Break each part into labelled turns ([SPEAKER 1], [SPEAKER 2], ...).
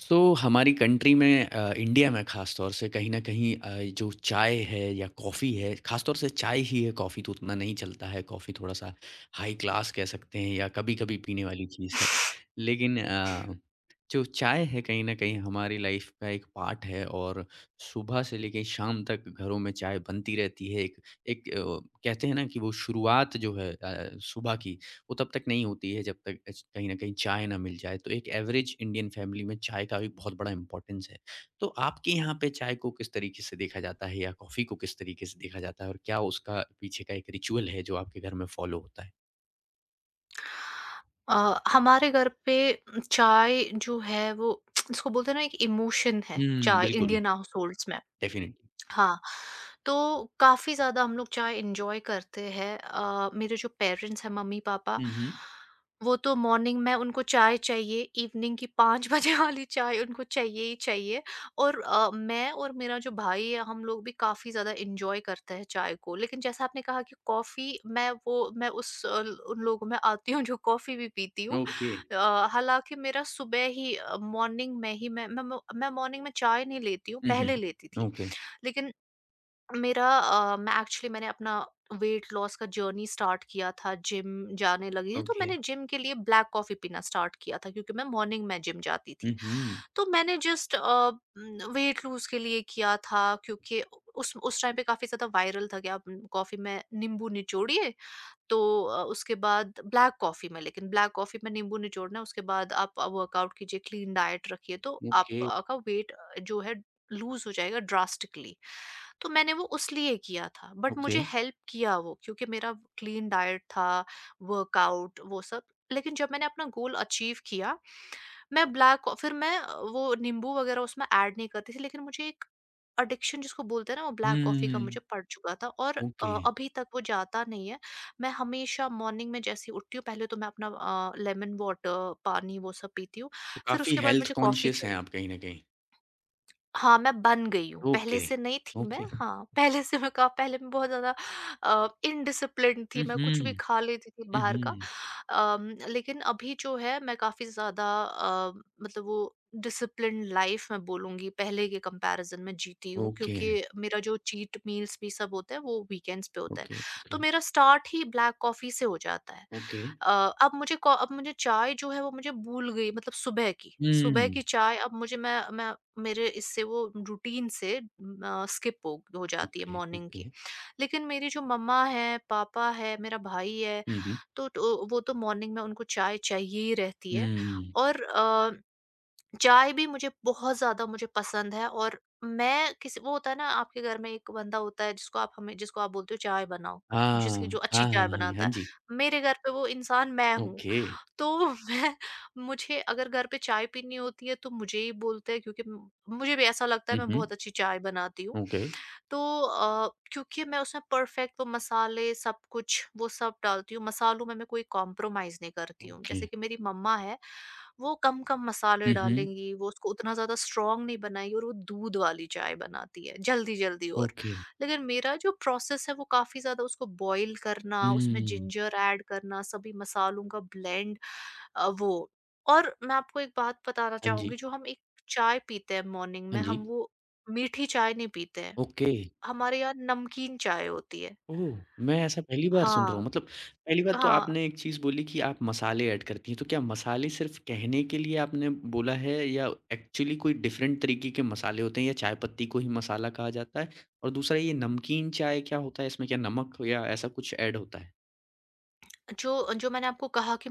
[SPEAKER 1] सो, हमारी कंट्री में इंडिया में ख़ास तौर से कहीं न कहीं जो चाय है या कॉफ़ी है, ख़ास तौर से चाय ही है, कॉफ़ी तो उतना नहीं चलता है, कॉफ़ी थोड़ा-सा हाई क्लास कह सकते हैं या कभी-कभी पीने वाली चीज़ है। लेकिन जो चाय है कहीं न कहीं हमारी लाइफ़ का एक पार्ट है और सुबह से लेके शाम तक घरों में चाय बनती रहती है। एक एक अ, कहते हैं ना कि वो शुरुआत जो है सुबह की वो तब तक नहीं होती है जब तक कहीं ना कहीं चाय ना मिल जाए तो एक एवरेज इंडियन फैमिली में चाय का भी बहुत बड़ा इंपॉर्टेंस है। तो आपके यहाँ पे चाय को किस तरीके से देखा जाता है या कॉफ़ी को किस तरीके से देखा जाता है और क्या उसका पीछे का एक रिचुअल है जो आपके घर में फॉलो होता है।
[SPEAKER 2] अ, हमारे घर पे चाय जो है वो इसको बोलते हैं ना एक इमोशन है
[SPEAKER 1] हम्म।
[SPEAKER 2] चाय
[SPEAKER 1] बिल्कुल।
[SPEAKER 2] इंडियन हाउस होल्ड्स में।
[SPEAKER 1] डेफिनेटली।
[SPEAKER 2] हाँ, तो काफ़ी ज़्यादा हम लोग चाय एन्जॉय करते हैं। मेरे जो पेरेंट्स हैं, मम्मी-पापा,
[SPEAKER 1] हम्म।
[SPEAKER 2] वो तो मॉर्निंग में उनको चाय चाहिए, इवनिंग की 5 बजे वाली चाय उनको चाहिए ही चाहिए। और मैं और मेरा जो भाई है, हम लोग भी काफ़ी ज़्यादा एन्जॉय करते हैं चाय को। लेकिन जैसा आपने कहा कि कॉफ़ी, मैं वो मैं उस अ, उन लोगों में आती हूँ, जो कॉफ़ी भी पीती हूँ।
[SPEAKER 1] ओके।
[SPEAKER 2] हालाँकि मेरा सुबह ही अ, मॉर्निंग में ही मैं मैं मॉर्निंग में चाय नहीं लेती हूँ, पहले लेती
[SPEAKER 1] हम्म।
[SPEAKER 2] थी।
[SPEAKER 1] ओके।
[SPEAKER 2] लेकिन मैं एक्चुअली मैंने अपना वेट लॉस का जर्नी स्टार्ट किया था, जिम जाने लगी थी, तो
[SPEAKER 1] ओके।
[SPEAKER 2] मैंने जिम के लिए ब्लैक कॉफ़ी पीना स्टार्ट किया था क्योंकि मैं मॉर्निंग में जिम जाती थी।
[SPEAKER 1] हम्म।
[SPEAKER 2] तो मैंने वेट लूज़ के लिए किया था क्योंकि उस टाइम पे काफ़ी ज़्यादा वायरल था कि आप कॉफ़ी में नींबू निचोड़िए, तो उसके बाद ब्लैक कॉफ़ी में लेकिन ब्लैक कॉफ़ी में नींबू निचोड़ना है, उसके बाद आप वर्कआउट कीजिए, क्लीन डाइट रखिए, तो
[SPEAKER 1] ओके।
[SPEAKER 2] आपका वेट जो है लूज़ हो जाएगा ड्रास्टिकली। तो मैंने वो उस लिए किया था बट
[SPEAKER 1] ओके।
[SPEAKER 2] मुझे हेल्प किया वो क्योंकि मेरा क्लीन डाइट था, वर्कआउट वो सब। लेकिन जब मैंने अपना गोल अचीव किया, मैं ब्लैक फिर मैं अ, वो नींबू वगैरह उसमें ऐड नहीं करती थी, लेकिन मुझे एक एडिक्शन जिसको बोलते हैं ना वो ब्लैक कॉफी का मुझे
[SPEAKER 1] हम्म।
[SPEAKER 2] पड़ चुका था और
[SPEAKER 1] ओके।
[SPEAKER 2] अभी तक वो जाता नहीं है। मैं हमेशा मॉर्निंग में जैसे ही उठती हूँ पहले तो मैं अपना लेमन वाटर पानी वो सब पीती हूँ,
[SPEAKER 1] तो
[SPEAKER 2] फिर
[SPEAKER 1] काफी
[SPEAKER 2] उसके बाद
[SPEAKER 1] हेल्थ
[SPEAKER 2] मुझे कॉफी
[SPEAKER 1] कॉन्शियस हैं
[SPEAKER 2] चाहिए।
[SPEAKER 1] आप कहीं ना कहीं।
[SPEAKER 2] हाँ, मैं बन गई हूँ, पहले
[SPEAKER 1] ओके।
[SPEAKER 2] से नहीं थी मैं।
[SPEAKER 1] ओके।
[SPEAKER 2] हाँ, पहले से मैं कहा पहले मैं बहुत ज़्यादा इनडिसिप्लिन्ड थी, मैं कुछ भी
[SPEAKER 1] हम्म।
[SPEAKER 2] खा लेती थी बाहर का।
[SPEAKER 1] हम्म।
[SPEAKER 2] लेकिन अभी जो है मैं काफ़ी ज़्यादा अ, मतलब वो डिसिप्लिन्ड लाइफ़ मैं बोलूँगी पहले के कंपैरिज़न में जीती हूँ,
[SPEAKER 1] ओके,
[SPEAKER 2] क्योंकि मेरा जो चीट मील्स भी सब होता है वो वीकेंड्स पे होता है।
[SPEAKER 1] ओके,
[SPEAKER 2] तो
[SPEAKER 1] ओके,
[SPEAKER 2] मेरा स्टार्ट ही ब्लैक कॉफ़ी से हो जाता है।
[SPEAKER 1] ओके।
[SPEAKER 2] अ, अब मुझे चाय जो है वो मुझे भूल गई, मतलब सुबह की
[SPEAKER 1] हुँ,
[SPEAKER 2] चाय अब मुझे मैं मेरे इससे वो रूटीन से स्किप हो जाती है
[SPEAKER 1] ओके,
[SPEAKER 2] मॉर्निंग की।
[SPEAKER 1] ओके।
[SPEAKER 2] लेकिन मेरी जो मम्मा हैं, पापा हैं, मेरा भाई है,
[SPEAKER 1] हुँ, हुँ।
[SPEAKER 2] तो वो तो मॉर्निंग में उनको चाय चाहिए ही रहती है।
[SPEAKER 1] हुँ।
[SPEAKER 2] और चाय भी मुझे बहुत ज़्यादा मुझे पसंद है। और मैं किसी वो होता है ना आपके घर में एक बंदा होता है जिसको आप हमें जिसको आप बोलते हो चाय बनाओ,
[SPEAKER 1] हाँ,
[SPEAKER 2] जिसकी जो अच्छी
[SPEAKER 1] हाँ,
[SPEAKER 2] चाय
[SPEAKER 1] हाँ, हाँ,
[SPEAKER 2] बनाता
[SPEAKER 1] हाँ
[SPEAKER 2] है।
[SPEAKER 1] जी।
[SPEAKER 2] मेरे घर पे वो इंसान मैं हूँ।
[SPEAKER 1] ओके।
[SPEAKER 2] तो मैं मुझे अगर घर पे चाय पीनी होती है तो मुझे ही बोलते हैं, क्योंकि म मुझे भी ऐसा लगता है
[SPEAKER 1] हुँ,
[SPEAKER 2] मैं
[SPEAKER 1] हुँ।
[SPEAKER 2] बहुत अच्छी चाय बनाती हूँ।
[SPEAKER 1] ओके,
[SPEAKER 2] तो क्योंकि मैं उसमें परफेक्ट वो मसाले सब कुछ वो सब डालती हूँ, मसालों में मैं कोई कॉम्प्रोमाइज़ नहीं करती हूँ।
[SPEAKER 1] ओके।
[SPEAKER 2] जैसे कि मेरी मम्मा है, वो कम-कम मसाले
[SPEAKER 1] हुँ, हुँ।
[SPEAKER 2] डालेंगी, वो उसको उतना ज़्यादा स्ट्रॉन्ग नहीं बनाएगी और वो दूध वाली चाय बनाती है, जल्दी-जल्दी और।
[SPEAKER 1] ओके।
[SPEAKER 2] लेकिन मेरा जो प्रोसेस है वो काफ़ी ज़्यादा उसको बॉयल करना, उसमें
[SPEAKER 1] हुँ।
[SPEAKER 2] जिंजर ऐड करना, सभी मसालों का ब्लेंड अ, वो और मैं आपको एक बात बताना
[SPEAKER 1] हाँ जी,
[SPEAKER 2] चाहूँगी, जो हम एक चाय पीते हैं मॉर्निंग
[SPEAKER 1] हाँ
[SPEAKER 2] में,
[SPEAKER 1] जी।
[SPEAKER 2] हम वो मीठी चाय नहीं पीते हैं।
[SPEAKER 1] ओके।
[SPEAKER 2] हमारे यहाँ नमकीन चाय होती है।
[SPEAKER 1] ओह! मैं ऐसा पहली बार सुन रहा हूँ।
[SPEAKER 2] हाँ,
[SPEAKER 1] मतलब पहली बात तो
[SPEAKER 2] हाँ,
[SPEAKER 1] आपने एक चीज़ बोली कि आप मसाले ऐड करती हैं, तो क्या मसाले सिर्फ़ कहने के लिए आपने बोला है या एक्चुअली कोई डिफ़रेंट तरीके के मसाले होते हैं या चाय पत्ती को ही मसाला कहा जाता है? और दूसरा ये नमकीन चाय क्या होता है? इसमें क्या नमक या ऐसा कुछ ऐड होता है?
[SPEAKER 2] जो जो मैंने आपको कहा कि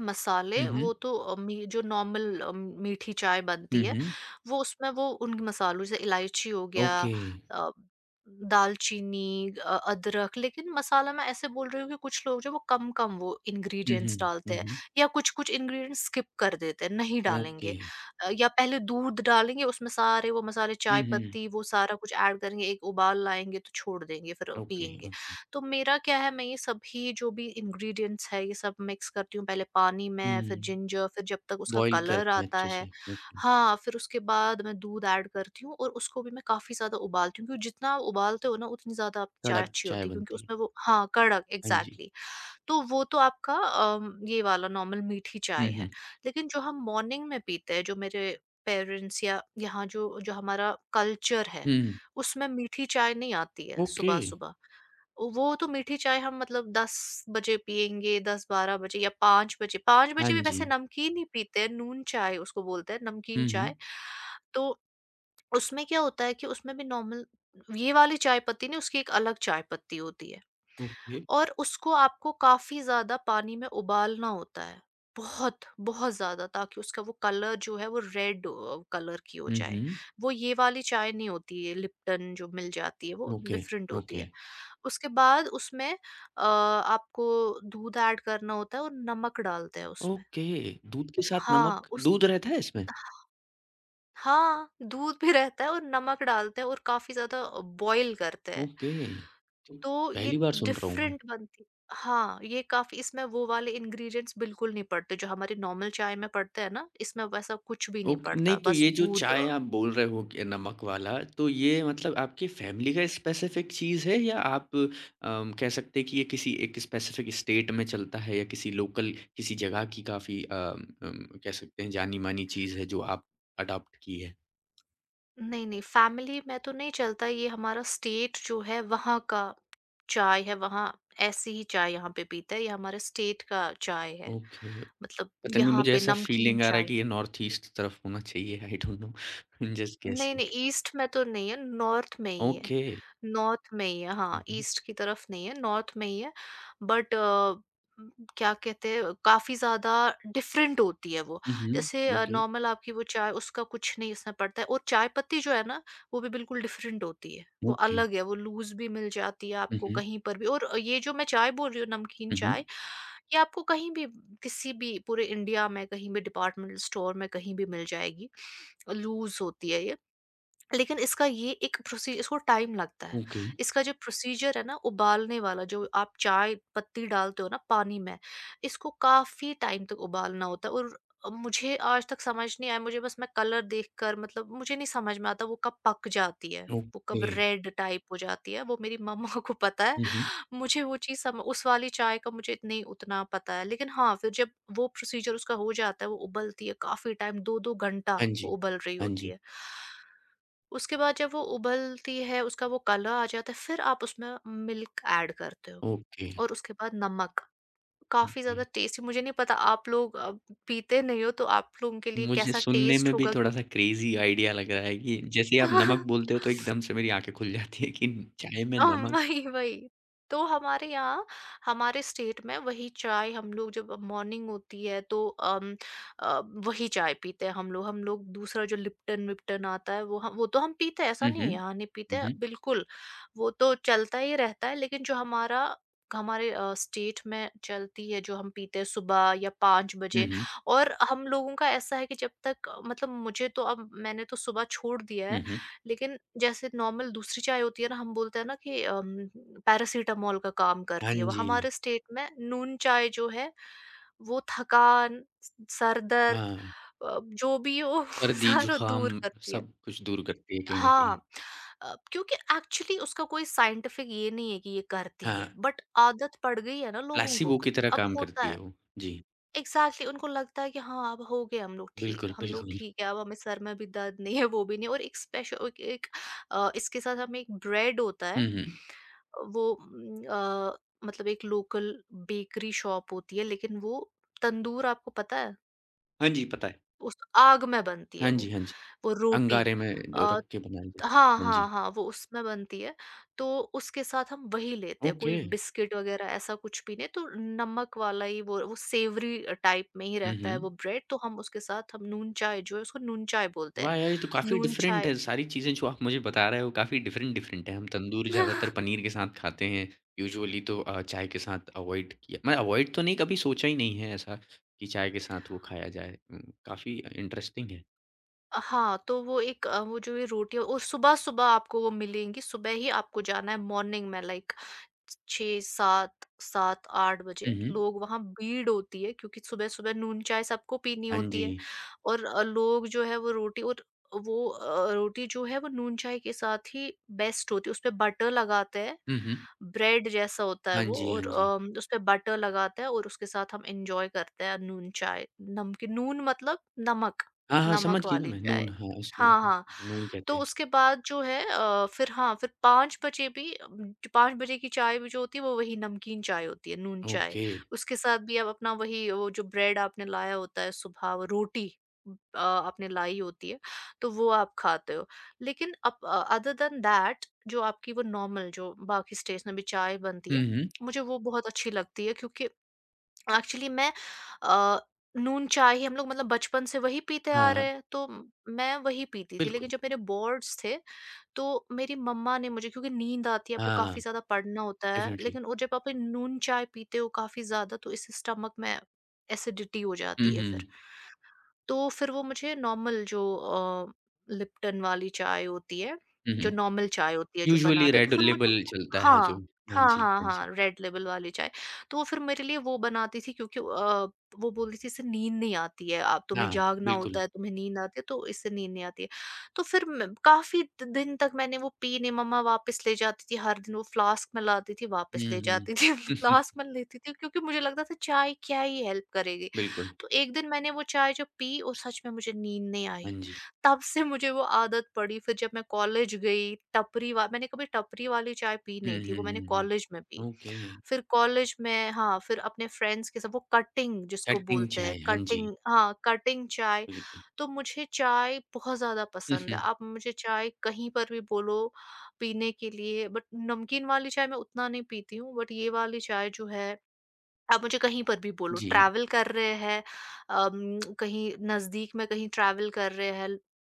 [SPEAKER 1] हुँ,
[SPEAKER 2] मसाले
[SPEAKER 1] हुँ।
[SPEAKER 2] वो तो अ, मी जो नॉर्मल मीठी चाय
[SPEAKER 1] हुँ,
[SPEAKER 2] बनती है,
[SPEAKER 1] हुँ।
[SPEAKER 2] वो उसमें वो उन मसालों जैसे इलायची हो गया,
[SPEAKER 1] ओके।
[SPEAKER 2] अ, दालचीनी, अदरक। लेकिन मसाला मैं ऐसे बोल रही हूँ कि कुछ लोग जो वो कम-कम वो
[SPEAKER 1] हुँ,
[SPEAKER 2] इंग्रीडिएंट्स
[SPEAKER 1] हुँ।
[SPEAKER 2] डालते
[SPEAKER 1] हुँ,
[SPEAKER 2] हैं
[SPEAKER 1] हुँ।
[SPEAKER 2] या कुछ-कुछ इंग्रीडिएंट्स स्किप कर देते हैं, नहीं
[SPEAKER 1] ओके।
[SPEAKER 2] डालेंगे, या पहले दूध डालेंगे उसमें सारे वो मसाले चाय
[SPEAKER 1] हुँ, हुँ।
[SPEAKER 2] पत्ती वो सारा कुछ ऐड करेंगे, एक उबाल लाएँगे तो छोड़ देंगे, फिर
[SPEAKER 1] ओके,
[SPEAKER 2] पिएँगे।
[SPEAKER 1] ओके।
[SPEAKER 2] तो मेरा क्या है, मैं ये सभी जो भी इंग्रेडिएंट्स है ये सब मिक्स करती हूँ पहले पानी में, फिर
[SPEAKER 1] हुँ।
[SPEAKER 2] जिंजर, फिर जब तक उसका
[SPEAKER 1] बॉयल
[SPEAKER 2] कलर
[SPEAKER 1] करते हैं
[SPEAKER 2] आता
[SPEAKER 1] अच्छे
[SPEAKER 2] है।
[SPEAKER 1] से। ओके।
[SPEAKER 2] हाँ, फिर उसके बाद मैं दूध ऐड करती हूँ और उसको भी मैं काफी ज्यादा उबालती हूँ, क्योंकि जितना आप उबालते हो ना उतनी ज्यादा आपकी चाय
[SPEAKER 1] कड़क
[SPEAKER 2] अच्छी
[SPEAKER 1] चाय
[SPEAKER 2] होती है, क्योंकि
[SPEAKER 1] बनती है।
[SPEAKER 2] उसमें वो हाँ कड़क
[SPEAKER 1] हाँ जी।
[SPEAKER 2] Exactly exactly। तो वो तो आपका ये वाला नॉर्मल मीठी
[SPEAKER 1] हुँ,
[SPEAKER 2] चाय है।
[SPEAKER 1] हुँ।
[SPEAKER 2] लेकिन जो हम मॉर्निंग में पीते हैं जो मेरे पेरेंट्स या यहाँ जो जो हमारा कल्चर है
[SPEAKER 1] हुँ।
[SPEAKER 2] उसमें मीठी चाय नहीं आती है
[SPEAKER 1] ओके।
[SPEAKER 2] सुबह सुबह। वो तो मीठी चाय हम मतलब 10 बजे पिएँगे, 10-12 बजे, या 5 बजे। 5
[SPEAKER 1] हाँ
[SPEAKER 2] बजे भी
[SPEAKER 1] जी।
[SPEAKER 2] वैसे नमकीन ही पीते हैं, नून चाय उसको बोलते हैं, नमकीन
[SPEAKER 1] हुँ, हुँ।
[SPEAKER 2] चाय। तो उसमें क्या होता है कि उसमें भी नॉर्मल ये वाली चाय पत्ती नहीं, उसकी एक अलग चाय पत्ती होती है
[SPEAKER 1] ओके।
[SPEAKER 2] और उसको आपको काफ़ी ज़्यादा पानी में उबालना होता है। बहुत, बहुत ज़्यादा, ताकि उसका वो कलर जो है वो रेड कलर की हो
[SPEAKER 1] हुँ,
[SPEAKER 2] जाए।
[SPEAKER 1] हुँ।
[SPEAKER 2] वो ये वाली चाय नहीं होती है, लिप्टन जो मिल जाती है, वो
[SPEAKER 1] ओके,
[SPEAKER 2] डिफ़रेंट होती
[SPEAKER 1] ओके,
[SPEAKER 2] है। उसके बाद उसमें आपको दूध ऐड करना होता है और नमक डालते हैं उसमें।
[SPEAKER 1] ओके। दूध के साथ
[SPEAKER 2] हाँ,
[SPEAKER 1] नमक
[SPEAKER 2] उस
[SPEAKER 1] दूध रहता है इसमें?
[SPEAKER 2] ह हाँ, दूध भी रहता है और नमक डालते हैं और काफ़ी ज़्यादा बॉयल करते हैं।
[SPEAKER 1] ओके। तो
[SPEAKER 2] तो ये
[SPEAKER 1] पहली बार सुन रहा हूँ मैं।
[SPEAKER 2] डिफरेंट बनती। हाँ, ये काफ़ी इसमें वो वाले इंग्रीडिएंट्स बिल्कुल नहीं पड़ते जो हमारी नॉर्मल चाय में पड़ते हैं ना, इसमें वैसा कुछ भी नहीं
[SPEAKER 1] ओके, नहीं
[SPEAKER 2] पड़ता,
[SPEAKER 1] तो
[SPEAKER 2] बस
[SPEAKER 1] ये जो
[SPEAKER 2] दूध।
[SPEAKER 1] चाय आप बोल रहे हो कि नमक वाला, तो ये मतलब आपकी फ़ैमिली का स्पेसिफ़िक चीज़ है या आप कह सकते हैं कि ये किसी एक स्पेसिफ़िक स्टेट में चलता है या किसी लोकल किसी जगह की काफ़ी कह सकते हैं जानी-मानी चीज़ है जो आप अडॉप्ट की है?
[SPEAKER 2] नहीं, नहीं, फैमिली में तो नहीं चलता, ये हमारा स्टेट जो है वहाँ का चाय है, वहाँ ऐसी ही चाय यहाँ पे पीते हैं, ये हमारे स्टेट का चाय है।
[SPEAKER 1] ओके।
[SPEAKER 2] मतलब
[SPEAKER 1] पता नहीं
[SPEAKER 2] यहाँ
[SPEAKER 1] मुझे
[SPEAKER 2] पे
[SPEAKER 1] ऐसा
[SPEAKER 2] नमकीन
[SPEAKER 1] फ़ीलिंग आ रहा है
[SPEAKER 2] चाय।
[SPEAKER 1] कि ये नॉर्थ ईस्ट तरफ होना चाहिए, I don't know, I am just
[SPEAKER 2] नहीं,
[SPEAKER 1] गेसिंग।
[SPEAKER 2] नहीं, ईस्ट में तो नहीं है, नॉर्थ में ही है।
[SPEAKER 1] ओके।
[SPEAKER 2] नॉर्थ में ही है,
[SPEAKER 1] हुँ,
[SPEAKER 2] हाँ,
[SPEAKER 1] हुँ।
[SPEAKER 2] ईस्ट की तरफ नहीं है, नॉर्थ में ही है। बट क्या कहते हैं, काफ़ी ज़्यादा डिफरेंट होती है वो।
[SPEAKER 1] हुँ,
[SPEAKER 2] जैसे
[SPEAKER 1] हुँ। ओके,
[SPEAKER 2] नॉर्मल आपकी वो चाय उसका कुछ नहीं इसमें पड़ता है, और चाय पत्ती जो है ना, वो भी बिल्कुल डिफरेंट होती है। वो
[SPEAKER 1] ओके।
[SPEAKER 2] अलग है, वो लूज़ भी मिल जाती है
[SPEAKER 1] हुँ,
[SPEAKER 2] आपको
[SPEAKER 1] हुँ।
[SPEAKER 2] कहीं पर भी। और ये जो मैं चाय बोल रही हूँ नमकीन
[SPEAKER 1] हुँ,
[SPEAKER 2] चाय,
[SPEAKER 1] हुँ।
[SPEAKER 2] ये आपको कहीं भी किसी भी पूरे इंडिया में कहीं भी डिपार्टमेंटल स्टोर में कहीं भी मिल जाएगी। लूज़ होती है ये। लेकिन इसका ये एक प्रोसी इसको टाइम लगता है।
[SPEAKER 1] ओके,
[SPEAKER 2] इसका जो प्रोसीजर है ना उबालने वाला, जो आप चाय पत्ती डालते हो ना पानी में, इसको काफ़ी टाइम तक उबालना होता है। और मुझे आज तक समझ नहीं आया, मुझे बस मैं कलर देखकर, मतलब मुझे नहीं समझ में आता वो कब पक जाती है,
[SPEAKER 1] ओके।
[SPEAKER 2] वो कब
[SPEAKER 1] हुँ, हुँ।
[SPEAKER 2] रेड टाइप हो जाती है, वो मेरी मम्मा को पता है। मुझे वो चीज़ सम उस वाली चाय का मुझे नहीं उतना पता है। लेकिन हाँ, फिर जब वो प्रोसीजर उसका हो जाता है, वो उबलती है काफ़ी टाइम, 2-2 घंटा
[SPEAKER 1] हाँ
[SPEAKER 2] वो
[SPEAKER 1] जी,
[SPEAKER 2] उबल रही
[SPEAKER 1] हाँ
[SPEAKER 2] होती
[SPEAKER 1] जी।
[SPEAKER 2] है। उसके बाद जब वो उबलती है, उसका वो कलर आ जाता है, फिर आप उसमें मिल्क ऐड करते हो
[SPEAKER 1] ओके,
[SPEAKER 2] और उसके बाद नमक। काफ़ी
[SPEAKER 1] ओके।
[SPEAKER 2] ज़्यादा टेस्टी। मुझे नहीं पता आप लोग पीते नहीं हो तो आप लोगों के लिए
[SPEAKER 1] मुझे
[SPEAKER 2] कैसा
[SPEAKER 1] सुनने में
[SPEAKER 2] टेस्ट
[SPEAKER 1] भी
[SPEAKER 2] होगा
[SPEAKER 1] थोड़ा-सा
[SPEAKER 2] क्योंकि
[SPEAKER 1] क्रेज़ी आइडिया लग रहा है कि जैसे ही आप नमक बोलते हो तो एकदम से मेरी आँखें खुल जाती है कि चाय में
[SPEAKER 2] हम
[SPEAKER 1] नमक।
[SPEAKER 2] वही वही। तो हमारे यहाँ हमारे स्टेट में वही चाय हम लोग जब मॉर्निंग होती है तो अ, वही चाय पीते हैं हम लोग। हम लोग दूसरा जो लिप्टन विप्टन आता है वो तो हम पीते हैं, ऐसा
[SPEAKER 1] हुँ,
[SPEAKER 2] नहीं है
[SPEAKER 1] हुँ।
[SPEAKER 2] यहाँ नहीं पीते
[SPEAKER 1] हुँ,
[SPEAKER 2] हैं
[SPEAKER 1] हुँ।
[SPEAKER 2] बिल्कुल। वो तो चलता ही रहता है। लेकिन जो हमारा हमारे स्टेट में चलती है जो हम पीते हैं सुबह या 5
[SPEAKER 1] हुँ,
[SPEAKER 2] बजे।
[SPEAKER 1] हुँ।
[SPEAKER 2] और हम लोगों का ऐसा है कि जब तक मतलब मुझे तो अब मैंने तो सुबह छोड़ दिया है।
[SPEAKER 1] हुँ, हुँ।
[SPEAKER 2] लेकिन जैसे नॉर्मल दूसरी चाय होती है ना, हम बोलते हैं ना कि पैरासिटामॉल का काम
[SPEAKER 1] हाँ
[SPEAKER 2] करती है वो।
[SPEAKER 1] जी,
[SPEAKER 2] हमारे स्टेट में नून चाय जो है, वो थकान, स सर दर्द
[SPEAKER 1] हाँ।
[SPEAKER 2] जो भी हो वो
[SPEAKER 1] सर्दी,
[SPEAKER 2] सारा
[SPEAKER 1] ज़ुकाम
[SPEAKER 2] दूर करती है।
[SPEAKER 1] सब कुछ दूर करती है कहीं न कहीं।
[SPEAKER 2] हाँ, क्योंकि एक्चुअली उसका कोई साइंटिफिक ये नहीं है कि ये करती
[SPEAKER 1] हाँ।
[SPEAKER 2] है, बट आदत पड़ गई है ना लोगों को,
[SPEAKER 1] प्लेसिबो
[SPEAKER 2] क
[SPEAKER 1] की तरह
[SPEAKER 2] अब
[SPEAKER 1] काम
[SPEAKER 2] होता
[SPEAKER 1] करती
[SPEAKER 2] है।
[SPEAKER 1] है वो। जी,
[SPEAKER 2] एग्ज़ैक्टली, उनको लगता है कि हाँ, अब हो गए
[SPEAKER 1] बिल्कुल,
[SPEAKER 2] हम लोग
[SPEAKER 1] बिल्कुल।
[SPEAKER 2] ठीक है, अब हमें सर में भी दर्द नहीं है, वो भी नहीं। और एक स्पेशल एक एक अ, इसके साथ हमें एक ब्रेड होता है,
[SPEAKER 1] हुँ, हुँ।
[SPEAKER 2] वो एक लोकल बेकरी शॉप होती है, लेकिन वो तंदूर आपको पता है?
[SPEAKER 1] हाँ जी, पता है।
[SPEAKER 2] उस आग में बनती है
[SPEAKER 1] हाँ जी, हाँ जी।
[SPEAKER 2] वो रोटी।
[SPEAKER 1] अंगारे में जो
[SPEAKER 2] अ,
[SPEAKER 1] रख के बनाई जाती
[SPEAKER 2] हाँ,
[SPEAKER 1] है। हाँ
[SPEAKER 2] हाँ,
[SPEAKER 1] जी।
[SPEAKER 2] हाँ, वो उसमें बनती है, तो उसके साथ हम वही लेते हैं, कोई
[SPEAKER 1] ओके।
[SPEAKER 2] बिस्किट वग़ैरह ऐसा कुछ भी नहीं, तो नमक वाला ही वो सेवरी टाइप में ही
[SPEAKER 1] हुँ,
[SPEAKER 2] रहता है वो
[SPEAKER 1] हुँ।
[SPEAKER 2] ब्रेड, तो हम उसके साथ हम नून चाय जो है उसको नून चाय बोलते हैं,
[SPEAKER 1] वाह यार! ये तो काफ़ी
[SPEAKER 2] नून
[SPEAKER 1] डिफरेंट
[SPEAKER 2] चाय।
[SPEAKER 1] है, सारी चीज़ें जो आप मुझे बता रहे हो काफ़ी डिफरेंट डिफरेंट है। हम तंदूर ज़्यादातर पनीर के साथ खाते हैं, यूजुअली तो चाय के साथ अवॉइड किया मैं अवॉइड तो नहीं कभी सोचा ही नहीं है ऐसा कि चाय के साथ वो खाया जाए। काफ़ी इंटरेस्टिंग है।
[SPEAKER 2] हाँ, तो वो एक वो जो ये रोटी है और सुबह-सुबह आपको वो मिलेंगी, सुबह ही आपको जाना है मॉर्निंग में लाइक 6, 7, 7-8 बजे
[SPEAKER 1] हुँ, हुँ।
[SPEAKER 2] लोग वहाँ भीड़ होती है क्योंकि सुबह-सुबह नून चाय सबको पीनी
[SPEAKER 1] हाँ
[SPEAKER 2] होती
[SPEAKER 1] जी।
[SPEAKER 2] है। और लोग जो है वो रोटी और वो रोटी जो है वो नून चाय के साथ ही बेस्ट होती है। उसपे बटर लगाते हैं,
[SPEAKER 1] हुँ, हुँ।
[SPEAKER 2] ब्रेड जैसा होता है
[SPEAKER 1] हाँ
[SPEAKER 2] वो
[SPEAKER 1] जी, हाँ
[SPEAKER 2] और
[SPEAKER 1] जी।
[SPEAKER 2] उसपे बटर लगाते हैं और उसके साथ हम एन्जॉय करते हैं नून चाय, नमकीन नून मतलब नमक,
[SPEAKER 1] हाँ, हाँ,
[SPEAKER 2] नमक
[SPEAKER 1] समझ गई ना
[SPEAKER 2] वाली
[SPEAKER 1] मैं,
[SPEAKER 2] चाय।
[SPEAKER 1] नून हाँ, इसको
[SPEAKER 2] हाँ, हाँ।
[SPEAKER 1] नून
[SPEAKER 2] तो
[SPEAKER 1] कहते हैं।
[SPEAKER 2] उसके बाद जो है फिर हाँ, फिर 5 बजे भी 5 बजे की चाय भी जो होती है वो वही नमकीन चाय होती है, नून चाय।
[SPEAKER 1] ओके।
[SPEAKER 2] उसके साथ भी आप अपना वही वो जो ब्रेड आपने लाया होता है सुबह, वो रोटी आपने लाई होती है, तो वो आप खाते हो। लेकिन अदर देन दैट जो आपकी वो नॉर्मल जो बाकी स्टेशनरी चाय बनती है,
[SPEAKER 1] हुँ, हुँ।
[SPEAKER 2] मुझे वो बहुत अच्छी लगती है क्योंकि एक्चुअली मैं अ, नून चाय ही हम लोग मतलब बचपन से वही पीते आ
[SPEAKER 1] हाँ,
[SPEAKER 2] रहे हैं, तो मैं वही पीती थी। लेकिन
[SPEAKER 1] बिल्कुल।
[SPEAKER 2] जब मेरे बोर्ड्स थे, तो मेरी मम्मा ने मुझे क्योंकि नींद आती है, आपको
[SPEAKER 1] हाँ,
[SPEAKER 2] काफ़ी ज़्यादा पढ़ना होता है,
[SPEAKER 1] डेफ़िनिटली।
[SPEAKER 2] लेकिन वो जब आप ये नून चाय पीते हो काफ़ी ज़्यादा, तो इससे स्टमक में एसिडिटी हो
[SPEAKER 1] हुँ,
[SPEAKER 2] जाती है फिर।
[SPEAKER 1] हुँ।
[SPEAKER 2] तो फिर वो मुझे नॉर्मल जो लिप्टन वाली चाय होती है,
[SPEAKER 1] हुँ, हुँ।
[SPEAKER 2] जो नॉर्मल चाय होती है जो
[SPEAKER 1] यूजुअली
[SPEAKER 2] बनाते हैं, तो
[SPEAKER 1] रेड
[SPEAKER 2] फिर मुझे
[SPEAKER 1] लेबल चलता है जो।
[SPEAKER 2] हाँ।
[SPEAKER 1] हाँ
[SPEAKER 2] हाँ,
[SPEAKER 1] जी,
[SPEAKER 2] हाँ,
[SPEAKER 1] हाँ
[SPEAKER 2] हाँ,
[SPEAKER 1] जी।
[SPEAKER 2] रेड लेबल वाली चाय। तो वो फिर मेरे लिए वो बनाती थी क्योंकि वो बोलती थी इससे नींद नहीं आती है, आप तुम्हें
[SPEAKER 1] हाँ,
[SPEAKER 2] जागना होता
[SPEAKER 1] बिल्कुल।
[SPEAKER 2] है, तुम्हें नींद आती है तो इससे नींद नहीं आती है। तो फिर म काफ़ी द दिन तक मैंने वो पी नहीं, मम्मा वापस ले जाती थी, हर दिन वो फ्लास्क में लाती थी, वापस ले
[SPEAKER 1] हुँ, हुँ।
[SPEAKER 2] जाती थी, फ्लास्क में लेती थी क्योंकि मुझे लगता था चाय क्या ही हेल्प करेगी।
[SPEAKER 1] बिल्कुल।
[SPEAKER 2] तो एक दिन मैंने वो चाय जब पी और सच में मुझे नींद नहीं आई।
[SPEAKER 1] हाँ जी।
[SPEAKER 2] तब से मुझे वो आदत पड़ी फिर जब मैं कॉलेज गई टपरी वा मैंने कभी टपरी वाली चाय पी
[SPEAKER 1] हुँ,
[SPEAKER 2] नहीं थी,
[SPEAKER 1] हुँ,
[SPEAKER 2] वो मैंने
[SPEAKER 1] हुँ,
[SPEAKER 2] कॉलेज में पी।
[SPEAKER 1] हुँ। ओके,
[SPEAKER 2] फिर कॉलेज में हाँ, फिर अपने फ्रेंड्स के साथ वो कटिंग जिसको
[SPEAKER 1] कटिंग
[SPEAKER 2] बोलते हैं
[SPEAKER 1] चाय, हाँ जी,
[SPEAKER 2] कटिंग हाँ, कटिंग चाय।
[SPEAKER 1] बिल्कुल।
[SPEAKER 2] तो मुझे चाय बहुत ज़्यादा
[SPEAKER 1] हुँ,
[SPEAKER 2] पसंद है।
[SPEAKER 1] हुँ।
[SPEAKER 2] आप मुझे चाय कहीं पर भी बोलो पीने के लिए। बट नमकीन वाली चाय मैं उतना नहीं पीती हूँ बट ये वाली चाय जो है आप मुझे कहीं पर भी बोलो,
[SPEAKER 1] जी।
[SPEAKER 2] ट्रैवल कर रहे हैं कहीं नज़दीक में कहीं ट्रैवल कर रहे हैं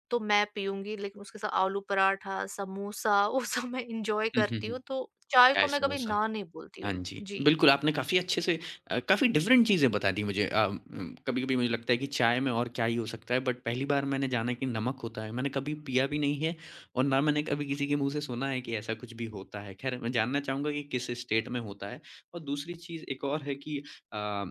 [SPEAKER 2] तो मैं पीऊँगी लेकिन उसके साथ आलू पराठा, समोसा वो सब मैं एन्जॉय
[SPEAKER 1] हुँ, हुँ,
[SPEAKER 2] करती
[SPEAKER 1] हुँ।
[SPEAKER 2] हूँ तो चाय को
[SPEAKER 1] चाय
[SPEAKER 2] मैं कभी
[SPEAKER 1] समोसा।
[SPEAKER 2] ना नहीं बोलती
[SPEAKER 1] हाँ
[SPEAKER 2] हूँ।
[SPEAKER 1] जी,
[SPEAKER 2] जी।
[SPEAKER 1] बिल्कुल आपने काफ़ी अच्छे से काफ़ी डिफरेंट चीज़ें बता दी मुझे कभी-कभी मुझे लगता है कि चाय में और क्या ही हो सकता है बट पहली बार मैंने जाना कि नमक होता है, मैंने कभी पिया भी नहीं है और ना मैंने कभी किसी के मुँह से सुना है कि ऐसा कुछ भी होता है। ख़ैर मैं जानना चाहूँगा कि किस स्टेट में होता है? और दूसरी चीज़ एक और है कि अ,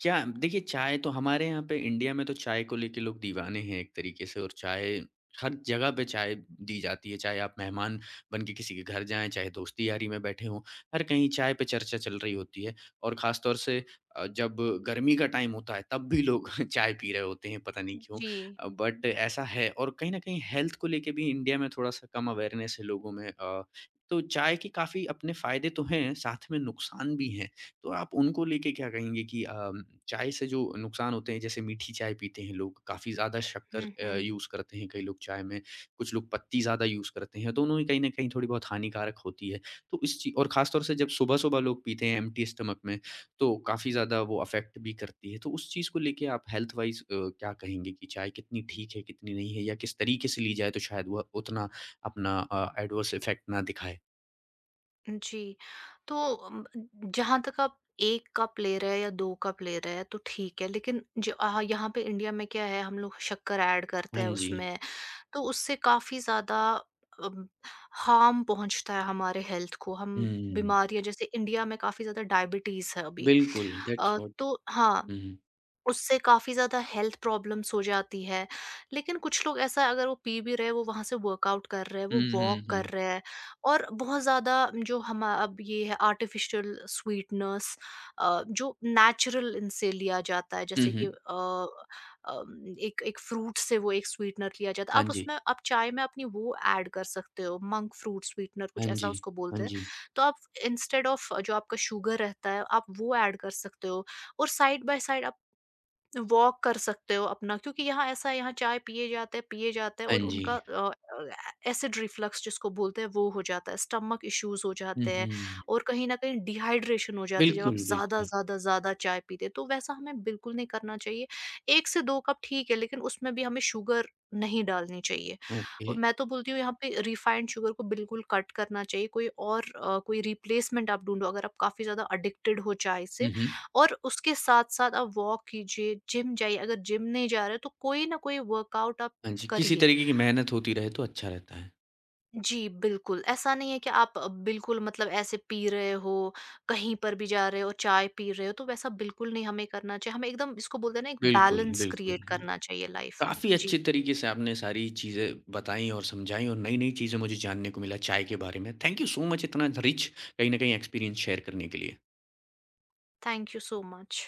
[SPEAKER 1] क्या देखिए चाय तो हमारे यहाँ पे इंडिया में तो चाय को लेके लोग दीवाने हैं एक तरीके से और चाय हर जगह पे चाय दी जाती है, चाहे आप मेहमान बन के किसी के घर जाएँ, चाहे दोस्ती-यारी में बैठे हों। हर कहीं चाय पे चर्चा चल रही होती है और ख़ास तौर से जब गर्मी का टाइम होता है तब भी लोग चाय पी रहे होते हैं पता नहीं क्यों।
[SPEAKER 2] जी।
[SPEAKER 1] बट ऐसा है और कहीं न कहीं हेल्थ को लेके भी इंडिया में थोड़ा-सा कम अवेयरनेस है लोगों में तो चाय के काफ़ी अपने फ़ायदे तो हैं, साथ में नुकसान भी हैं। तो आप उनको लेके क्या कहेंगे कि चाय से जो नुकसान होते हैं जैसे मीठी चाय पीते हैं लोग, काफ़ी ज़्यादा शक्कर
[SPEAKER 2] हुँ, हुँ।
[SPEAKER 1] यूज़ करते हैं कई लोग चाय में, कुछ लोग पत्ती ज़्यादा यूज़ करते हैं, दोनों ही कहीं न कहीं थोड़ी बहुत हानिकारक होती है। तो इस ची और ख़ास तौर से जब सुबह-सुबह लोग पीते हैं एम्प्टी स्टमक में, तो काफ़ी ज़्यादा वो अफ़ेक्ट भी करती है। तो उस चीज़ को लेके आप हेल्थ वाइज़ क्या कहेंगे कि चाय कितनी ठीक है, कितनी नहीं है या किस तरीके से ली जाए तो शायद वह उतना अपना एडवर्स इफ़ेक्ट ना दिखाए?
[SPEAKER 2] जी। तो जहाँ तक आप 1 कप ले रहे हैं या 2 कप ले रहे हैं तो ठीक है लेकिन यहाँ पे इंडिया में क्या है हम लोग शक्कर ऐड करते
[SPEAKER 1] हाँ
[SPEAKER 2] हैं
[SPEAKER 1] जी।
[SPEAKER 2] उसमें। तो उससे काफ़ी ज़्यादा अम, हार्म पहुँचता है हमारे हेल्थ को। हम
[SPEAKER 1] हुँ,
[SPEAKER 2] बीमारियाँ जैसे इंडिया में काफ़ी ज़्यादा डायबिटीज़ है अभी।
[SPEAKER 1] बिल्कुल, दैट्स व्हाट।
[SPEAKER 2] तो हाँ।
[SPEAKER 1] हुँ,
[SPEAKER 2] उससे काफ़ी ज़्यादा हेल्थ प्रॉब्लम्स हो जाती है। लेकिन कुछ लोग ऐसा है अगर वो पी भी रहे हैं, वो वहाँ से वर्कआउट कर रहे हैं, वो
[SPEAKER 1] हुँ, हुँ,
[SPEAKER 2] वॉक कर
[SPEAKER 1] हुँ।
[SPEAKER 2] रहे हैं और बहुत ज़्यादा जो हम अब ये है आर्टिफ़िशियल स्वीटनेस जो नेचुरल इनसे लिया जाता है
[SPEAKER 1] हुँ,
[SPEAKER 2] जैसे कि
[SPEAKER 1] हुँ।
[SPEAKER 2] एक एक फ्रूट से वो एक स्वीटनर लिया जाता है।
[SPEAKER 1] हाँ
[SPEAKER 2] आप
[SPEAKER 1] जी,
[SPEAKER 2] उसमें आप चाय में अपनी वो ऐड कर सकते हो, मंक फ्रूट स्वीटनर कुछ
[SPEAKER 1] हाँ
[SPEAKER 2] ऐसा
[SPEAKER 1] जी,
[SPEAKER 2] उसको बोलते
[SPEAKER 1] हाँ
[SPEAKER 2] हैं।
[SPEAKER 1] जी,
[SPEAKER 2] तो आप इंस्टेड ऑफ जो आपका शुगर रहता है, आप वो ऐड कर सकते हो और साइड बाय साइड आप वॉक कर सकते हो अपना क्योंकि यहाँ ऐसा है यहाँ चाय पिए जाते हैं
[SPEAKER 1] हाँ
[SPEAKER 2] और
[SPEAKER 1] जी।
[SPEAKER 2] उनका एसिड रिफ्लक्स जिसको बोलते हैं वो हो जाता है स्टमक इश्यूज हो
[SPEAKER 1] हुँ,
[SPEAKER 2] जाते हैं
[SPEAKER 1] हुँ।
[SPEAKER 2] और कहीं ना कहीं डिहाइड्रेशन हो जाती है जब आप
[SPEAKER 1] बिल्कुल,
[SPEAKER 2] ज्यादा
[SPEAKER 1] बिल्कुल।
[SPEAKER 2] ज्यादा ज्यादा चाय पीते हैं। तो वैसा हमें बिल्कुल नहीं करना चाहिए। एक से दो कप ठीक है लेकिन उसमें भी हमें शुगर नहीं डालनी चाहिए
[SPEAKER 1] ओके।
[SPEAKER 2] और मैं तो बोलती हूँ यहाँ पे रिफाइंड शुगर को बिल्कुल कट करना चाहिए। कोई और कोई रिप्लेसमेंट आप ढूंढो अगर आप काफी ज्यादा अडिक्टेड हो चाय से
[SPEAKER 1] हुँ, हुँ।
[SPEAKER 2] और उसके साथ-साथ आप वॉक कीजिए, जिम जाइए, अगर जिम नहीं जा रहे तो कोई ना कोई वर्कआउट आप
[SPEAKER 1] हाँ जी, किसी
[SPEAKER 2] करिए।
[SPEAKER 1] तरीके की मेहनत होती रहे तो अच्छा रहता है।
[SPEAKER 2] जी, बिल्कुल, ऐसा नहीं है कि आप बिल्कुल मतलब ऐसे पी रहे हो, कहीं पर भी जा रहे हो, चाय पी रहे हो, तो वैसा बिल्कुल नहीं हमें करना चाहिए। हमें एकदम इसको बोलते हैं ना एक
[SPEAKER 1] बिल्कुल,
[SPEAKER 2] बैलेंस
[SPEAKER 1] बिल्कुल,
[SPEAKER 2] क्रिएट
[SPEAKER 1] बिल्क
[SPEAKER 2] करना चाहिए लाइफ में।
[SPEAKER 1] काफ़ी अच्छे
[SPEAKER 2] जी,
[SPEAKER 1] तरीके से आपने सारी चीज़ें बताई और समझाई और नई-नई चीज़ें मुझे जानने को मिला चाय के बारे में। थैंक यू सो मच इतना रिच कहीं न कहीं एक्सपीरियंस शेयर करने के लिए।
[SPEAKER 2] Thank you so much.